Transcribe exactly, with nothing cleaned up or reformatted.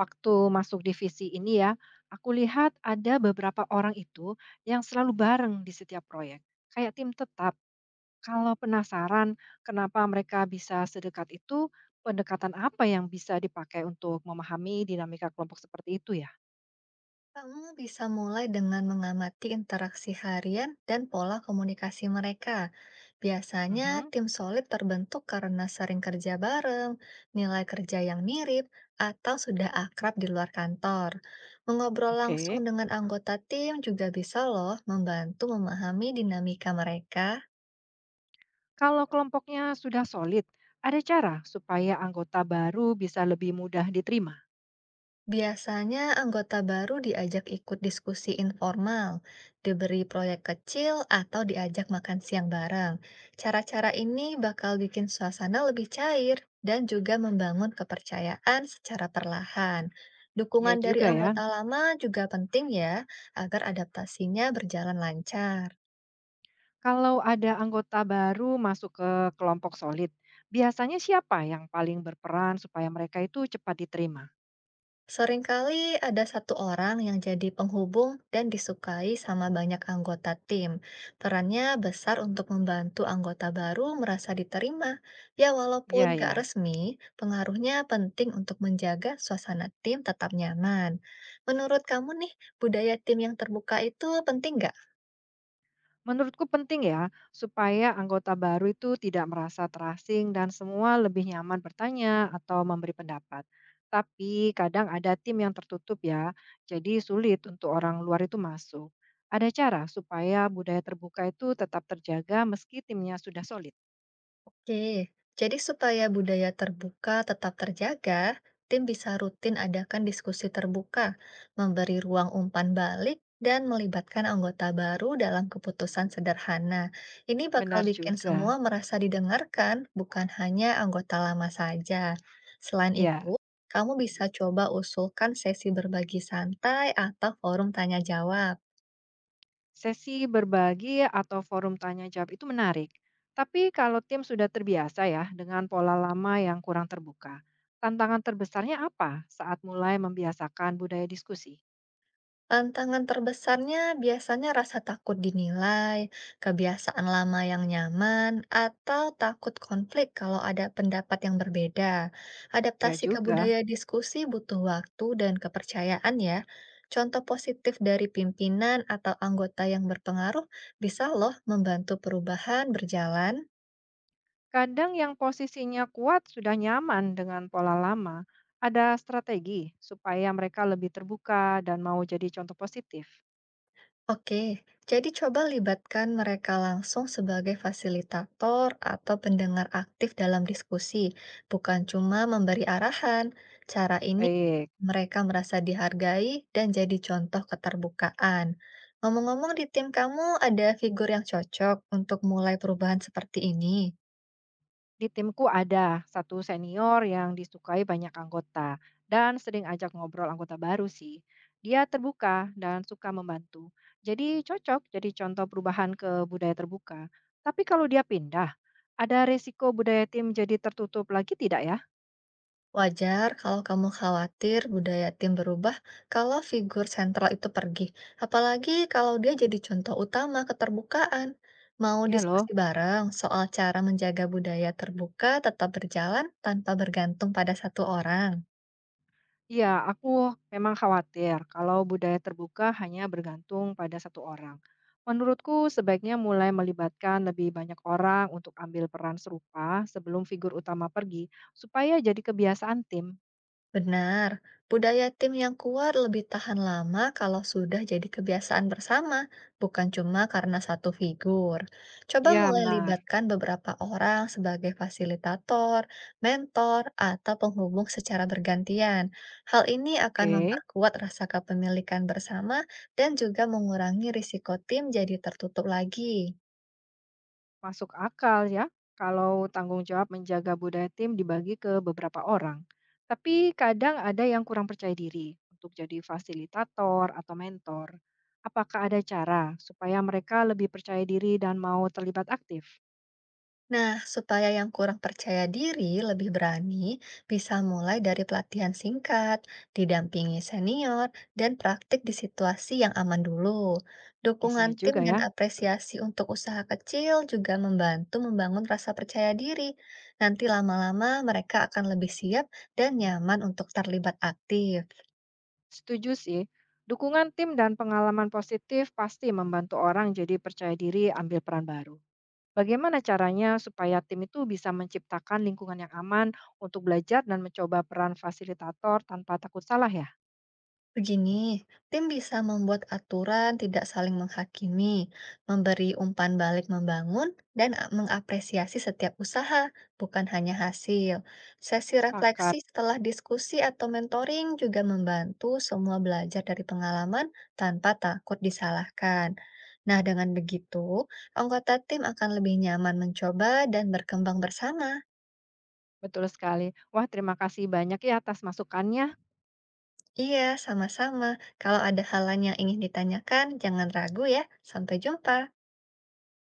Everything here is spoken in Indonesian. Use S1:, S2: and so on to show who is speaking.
S1: Waktu masuk divisi ini ya, aku lihat ada beberapa orang itu yang selalu bareng di setiap proyek, kayak tim tetap. Kalau penasaran kenapa mereka bisa sedekat itu, pendekatan apa yang bisa dipakai untuk memahami dinamika kelompok seperti itu ya?
S2: Kamu bisa mulai dengan mengamati interaksi harian dan pola komunikasi mereka. Biasanya,
S1: Mhm.
S2: tim solid terbentuk karena sering kerja bareng, nilai kerja yang mirip, atau sudah akrab di luar kantor. Mengobrol langsung
S1: Oke,
S2: dengan anggota tim juga bisa, loh, membantu memahami dinamika mereka.
S1: kalau kelompoknya sudah solid, ada cara supaya anggota baru bisa lebih mudah diterima.
S2: Biasanya anggota baru diajak ikut diskusi informal, diberi proyek kecil, atau diajak makan siang bareng. Cara-cara ini bakal bikin suasana lebih cair dan juga membangun kepercayaan secara perlahan.
S1: Ya
S2: Dukungan dari
S1: juga ya.
S2: anggota lama juga penting ya, agar adaptasinya berjalan lancar.
S1: Kalau ada anggota baru masuk ke kelompok solid, biasanya siapa yang paling berperan supaya mereka itu cepat diterima?
S2: Seringkali ada satu orang yang jadi penghubung dan disukai sama banyak anggota tim. Perannya besar untuk membantu anggota baru merasa diterima. Ya, walaupun
S1: Iya
S2: gak
S1: ya.
S2: resmi, pengaruhnya penting untuk menjaga suasana tim tetap nyaman. Menurut kamu nih, budaya tim yang terbuka itu penting nggak?
S1: Menurutku penting ya, supaya anggota baru itu tidak merasa terasing dan semua lebih nyaman bertanya atau memberi pendapat. Tapi kadang ada tim yang tertutup ya, jadi sulit untuk orang luar itu masuk. Ada cara supaya budaya terbuka itu tetap terjaga meski timnya sudah solid.
S2: Oke, jadi supaya budaya terbuka tetap terjaga, tim bisa rutin adakan diskusi terbuka, memberi ruang umpan balik, dan melibatkan anggota baru dalam keputusan sederhana. Ini bakal
S1: Benar
S2: bikin
S1: juga.
S2: semua merasa didengarkan, bukan hanya anggota lama saja. Selain
S1: Ya.
S2: itu, kamu bisa coba usulkan sesi berbagi santai atau forum tanya jawab.
S1: Sesi berbagi atau forum tanya jawab itu menarik. Tapi kalau tim sudah terbiasa ya dengan pola lama yang kurang terbuka, tantangan terbesarnya apa saat mulai membiasakan budaya diskusi?
S2: Tantangan terbesarnya biasanya rasa takut dinilai, kebiasaan lama yang nyaman, atau takut konflik kalau ada pendapat yang berbeda.
S1: Ya
S2: Adaptasi ke
S1: juga,
S2: budaya diskusi butuh waktu dan kepercayaan ya. Contoh positif dari pimpinan atau anggota yang berpengaruh bisa loh membantu perubahan berjalan.
S1: kadang yang posisinya kuat sudah nyaman dengan pola lama, ada strategi supaya mereka lebih terbuka dan mau jadi contoh positif.
S2: Oke, jadi coba libatkan mereka langsung sebagai fasilitator atau pendengar aktif dalam diskusi, bukan cuma memberi arahan. Cara ini
S1: Baik.
S2: mereka merasa dihargai dan jadi contoh keterbukaan. Ngomong-ngomong, di tim kamu ada figur yang cocok untuk mulai perubahan seperti ini.
S1: Di timku ada satu senior yang disukai banyak anggota dan sering ajak ngobrol anggota baru sih. Dia terbuka dan suka membantu. Jadi cocok jadi contoh perubahan ke budaya terbuka. Tapi kalau dia pindah, ada resiko budaya tim jadi tertutup lagi tidak ya?
S2: Wajar kalau kamu khawatir budaya tim berubah kalau figur sentral itu pergi, apalagi kalau dia jadi contoh utama keterbukaan. Mau
S1: Ya loh,
S2: diskusi bareng soal cara menjaga budaya terbuka tetap berjalan tanpa bergantung pada satu orang.
S1: iya, aku memang khawatir kalau budaya terbuka hanya bergantung pada satu orang. Menurutku, sebaiknya mulai melibatkan lebih banyak orang untuk ambil peran serupa sebelum figur utama pergi, supaya jadi kebiasaan tim.
S2: Benar, budaya tim yang kuat lebih tahan lama kalau sudah jadi kebiasaan bersama, bukan cuma karena satu figur. Coba
S1: Ya,
S2: mulai
S1: benar.
S2: libatkan beberapa orang sebagai fasilitator, mentor, atau penghubung secara bergantian. Hal ini akan
S1: Oke.
S2: memperkuat rasa kepemilikan bersama dan juga mengurangi risiko tim jadi tertutup lagi.
S1: Masuk akal ya, kalau tanggung jawab menjaga budaya tim dibagi ke beberapa orang. Tapi kadang ada yang kurang percaya diri untuk jadi fasilitator atau mentor. Apakah ada cara supaya mereka lebih percaya diri dan mau terlibat aktif?
S2: Nah, supaya yang kurang percaya diri lebih berani, bisa mulai dari pelatihan singkat, didampingi senior, dan praktik di situasi yang aman dulu.
S1: Bisa
S2: Dukungan tim
S1: juga
S2: dan
S1: ya.
S2: apresiasi untuk usaha kecil juga membantu membangun rasa percaya diri. Nanti lama-lama mereka akan lebih siap dan nyaman untuk terlibat aktif.
S1: Setuju sih. Dukungan tim dan pengalaman positif pasti membantu orang jadi percaya diri ambil peran baru. Bagaimana caranya supaya tim itu bisa menciptakan lingkungan yang aman untuk belajar dan mencoba peran fasilitator tanpa takut salah ya?
S2: Begini, tim bisa membuat aturan tidak saling menghakimi, memberi umpan balik membangun, dan a- mengapresiasi setiap usaha, bukan hanya hasil. Sesi refleksi
S1: Sepakat,
S2: setelah diskusi atau mentoring juga membantu semua belajar dari pengalaman tanpa takut disalahkan. Nah, dengan begitu, anggota tim akan lebih nyaman mencoba dan berkembang bersama.
S1: betul sekali. Wah, terima kasih banyak ya atas masukannya.
S2: Iya, sama-sama. Kalau ada hal lain yang ingin ditanyakan, jangan ragu ya. Sampai jumpa.